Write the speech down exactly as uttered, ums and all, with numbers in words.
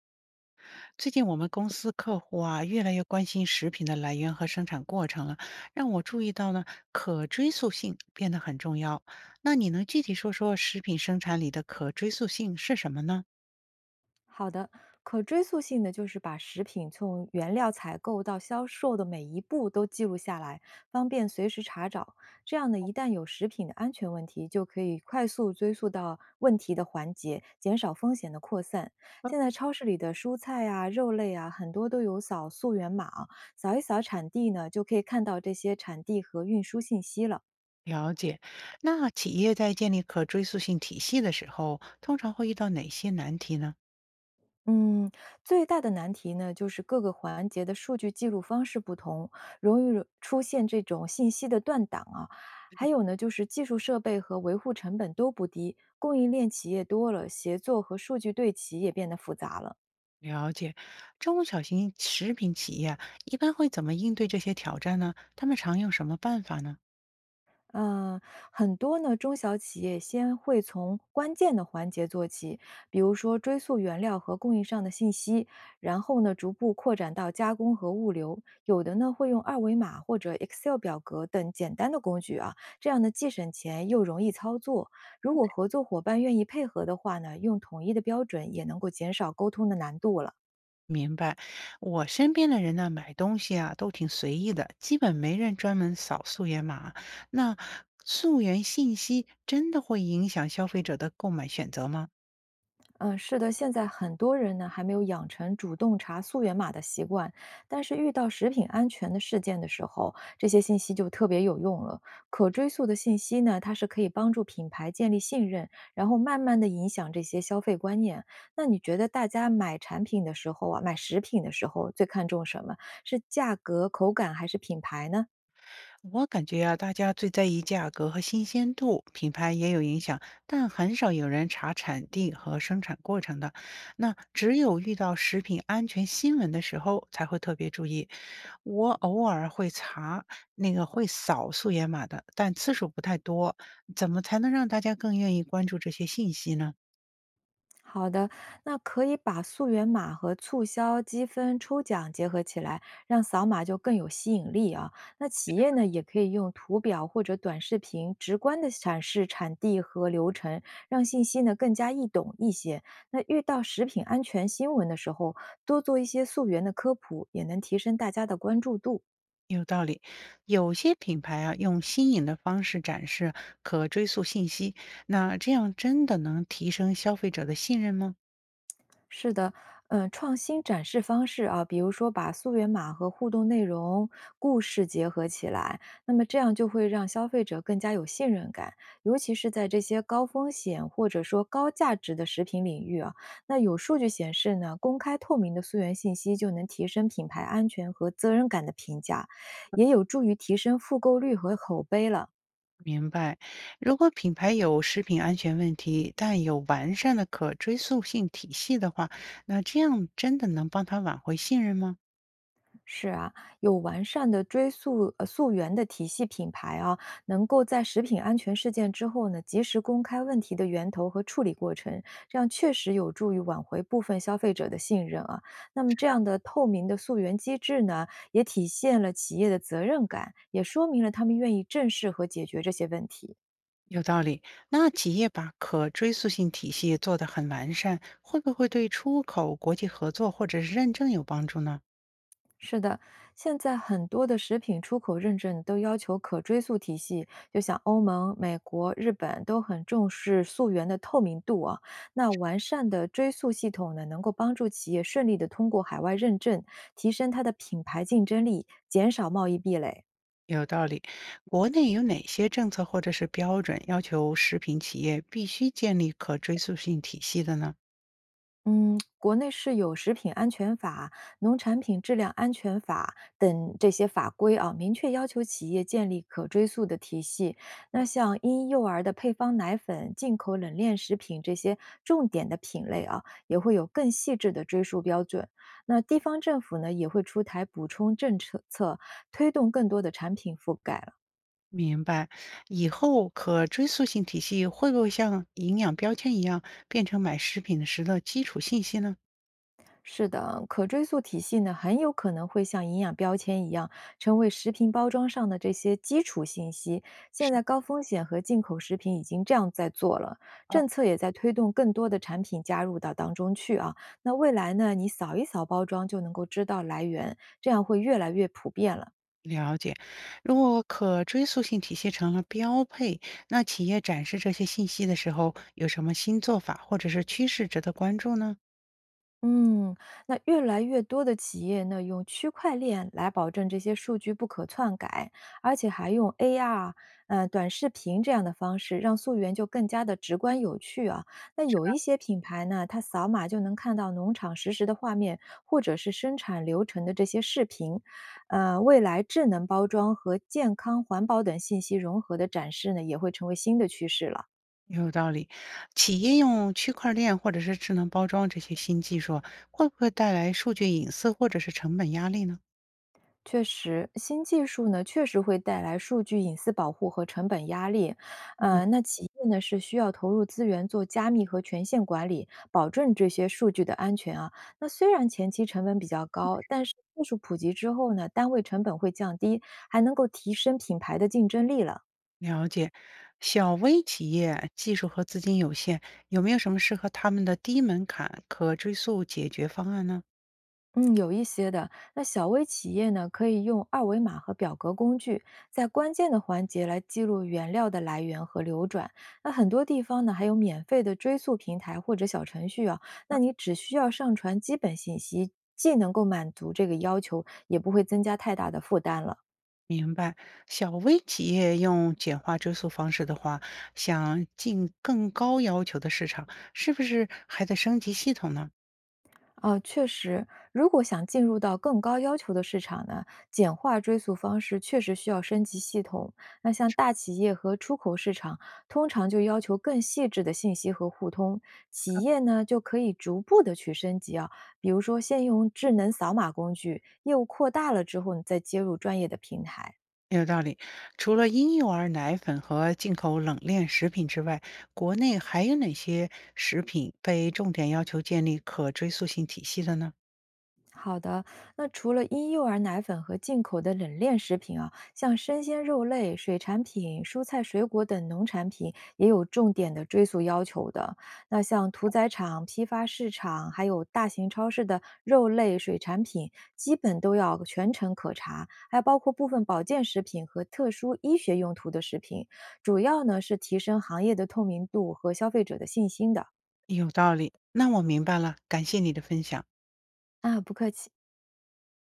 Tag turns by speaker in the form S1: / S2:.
S1: 最近我们公司客户啊，越来越关心食品的来源和生产过程了，让我注意到呢，可追溯性变得很重要。那你能具体说说食品生产里的可追溯性是什么呢？
S2: 好的，可追溯性的就是把食品从原料采购到销售的每一步都记录下来，方便随时查找。这样呢，一旦有食品的安全问题，就可以快速追溯到问题的环节，减少风险的扩散。现
S1: 嗯，
S2: 在超市里的蔬菜啊、肉类啊，很多都有扫溯源码啊扫一扫产地呢，就可以看到这些产地和运输信息了。
S1: 了解。那企业在建立可追溯性体系的时候，通常会遇到哪些难题呢？
S2: 嗯，最大的难题呢，就是各个环节的数据记录方式不同，容易惹出现这种信息的断档啊。还有呢，就是技术设备和维护成本都不低，供应链企业多了，协作和数据对齐也变得复杂了。
S1: 了解。中小型食品企业啊一般会怎么应对这些挑战呢？他们常用什么办法呢？
S2: 嗯，很多呢中小企业先会从关键的环节做起，比如说追溯原料和供应商的信息，然后呢逐步扩展到加工和物流。有的呢会用二维码或者 Excel 表格等简单的工具啊，这样呢既省钱又容易操作。如果合作伙伴愿意配合的话呢，用统一的标准也能够减少沟通的难度了。
S1: 明白，我身边的人呢，买东西啊都挺随意的，基本没人专门扫溯源码。那溯源信息真的会影响消费者的购买选择吗？
S2: 嗯，是的，现在很多人呢还没有养成主动查溯源码的习惯，但是遇到食品安全的事件的时候，这些信息就特别有用了。可追溯的信息呢，它是可以帮助品牌建立信任，然后慢慢的影响这些消费观念。那你觉得大家买产品的时候啊，买食品的时候最看重什么？是价格、口感还是品牌呢？
S1: 我感觉啊，大家最在意价格和新鲜度，品牌也有影响，但很少有人查产地和生产过程的。那只有遇到食品安全新闻的时候，才会特别注意。我偶尔会查那个会扫溯源码的，但次数不太多。怎么才能让大家更愿意关注这些信息呢？
S2: 好的，那可以把溯源码和促销、积分、抽奖结合起来，让扫码就更有吸引力啊。那企业呢，也可以用图表或者短视频，直观的展示产地和流程，让信息呢更加易懂一些。那遇到食品安全新闻的时候，多做一些溯源的科普，也能提升大家的关注度。
S1: 有道理，有些品牌啊，用新颖的方式展示可追溯信息，那这样真的能提升消费者的信任吗？
S2: 是的，嗯，创新展示方式啊，比如说把溯源码和互动内容、故事结合起来，那么这样就会让消费者更加有信任感，尤其是在这些高风险或者说高价值的食品领域啊。那有数据显示呢，公开透明的溯源信息就能提升品牌安全和责任感的评价，也有助于提升复购率和口碑了。
S1: 明白，如果品牌有食品安全问题，但有完善的可追溯性体系的话，那这样真的能帮他挽回信任吗？
S2: 是啊，有完善的追溯呃溯源的体系，品牌啊，能够在食品安全事件之后呢，及时公开问题的源头和处理过程，这样确实有助于挽回部分消费者的信任啊。那么这样的透明的溯源机制呢，也体现了企业的责任感，也说明了他们愿意正视和解决这些问题。
S1: 有道理。那企业把可追溯性体系做得很完善，会不会对出口、国际合作或者是认证有帮助呢？
S2: 是的，现在很多的食品出口认证都要求可追溯体系，就像欧盟、美国、日本都很重视溯源的透明度啊。那完善的追溯系统呢，能够帮助企业顺利的通过海外认证，提升它的品牌竞争力，减少贸易壁垒。
S1: 有道理。国内有哪些政策或者是标准要求食品企业必须建立可追溯性体系的呢？
S2: 嗯，国内是有食品安全法、农产品质量安全法等这些法规啊，明确要求企业建立可追溯的体系。那像婴幼儿的配方奶粉、进口冷链食品这些重点的品类啊，也会有更细致的追溯标准。那地方政府呢，也会出台补充政策，推动更多的产品覆盖了。
S1: 明白，以后可追溯性体系会不会像营养标签一样，变成买食品时的基础信息呢？
S2: 是的啊，可追溯体系呢，很有可能会像营养标签一样，成为食品包装上的这些基础信息。现
S1: 是
S2: 在高风险和进口食品已经这样在做了，
S1: 哦，
S2: 政策也在推动更多的产品加入到当中去啊。那未来呢，你扫一扫包装就能够知道来源，这样会越来越普遍了。
S1: 了解。如果可追溯性体系成了标配，那企业展示这些信息的时候，有什么新做法或者是趋势值得关注呢？
S2: 嗯，那越来越多的企业呢，用区块链来保证这些数据不可篡改，而且还用 A R、呃短视频这样的方式，让溯源就更加的直观有趣啊。那有一些品牌呢，它扫码就能看到农场实时的画面，或者是生产流程的这些视频。呃，未来智能包装和健康环保等信息融合的展示呢，也会成为新的趋势了。
S1: 有道理，企业用区块链或者是智能包装这些新技术，会不会带来数据隐私或者是成本压力呢？
S2: 确实，新技术呢确实会带来数据隐私保护和成本压力，呃，那企业呢是需要投入资源做加密和权限管理，保证这些数据的安全啊。那虽然前期成本比较高，但是技术普及之后呢，单位成本会降低，还能够提升品牌的竞争力了。
S1: 了解，小微企业技术和资金有限，有没有什么适合他们的低门槛可追溯解决方案呢？
S2: 嗯，有一些的。那小微企业呢，可以用二维码和表格工具，在关键的环节来记录原料的来源和流转。那很多地方呢，还有免费的追溯平台或者小程序啊。那你只需要上传基本信息，既能够满足这个要求，也不会增加太大的负担了。
S1: 明白，小微企业用简化追溯方式的话，想进更高要求的市场，是不是还得升级系统呢？
S2: 呃，确实，如果想进入到更高要求的市场呢，简化追溯方式确实需要升级系统。那像大企业和出口市场，通常就要求更细致的信息和互通。企业呢，就可以逐步的去升级啊，比如说先用智能扫码工具，业务扩大了之后，你再接入专业的平台。
S1: 有道理。除了婴幼儿奶粉和进口冷链食品之外，国内还有哪些食品被重点要求建立可追溯性体系的呢？
S2: 好的，那除了婴幼儿奶粉和进口的冷链食品啊，像生鲜肉类、水产品、蔬菜水果等农产品也有重点的追溯要求的。那像屠宰场、批发市场，还有大型超市的肉类、水产品，基本都要全程可查，还包括部分保健食品和特殊医学用途的食品，主要呢是提升行业的透明度和消费者的信心的。
S1: 有道理，那我明白了，感谢你的分享。
S2: 啊，不客气。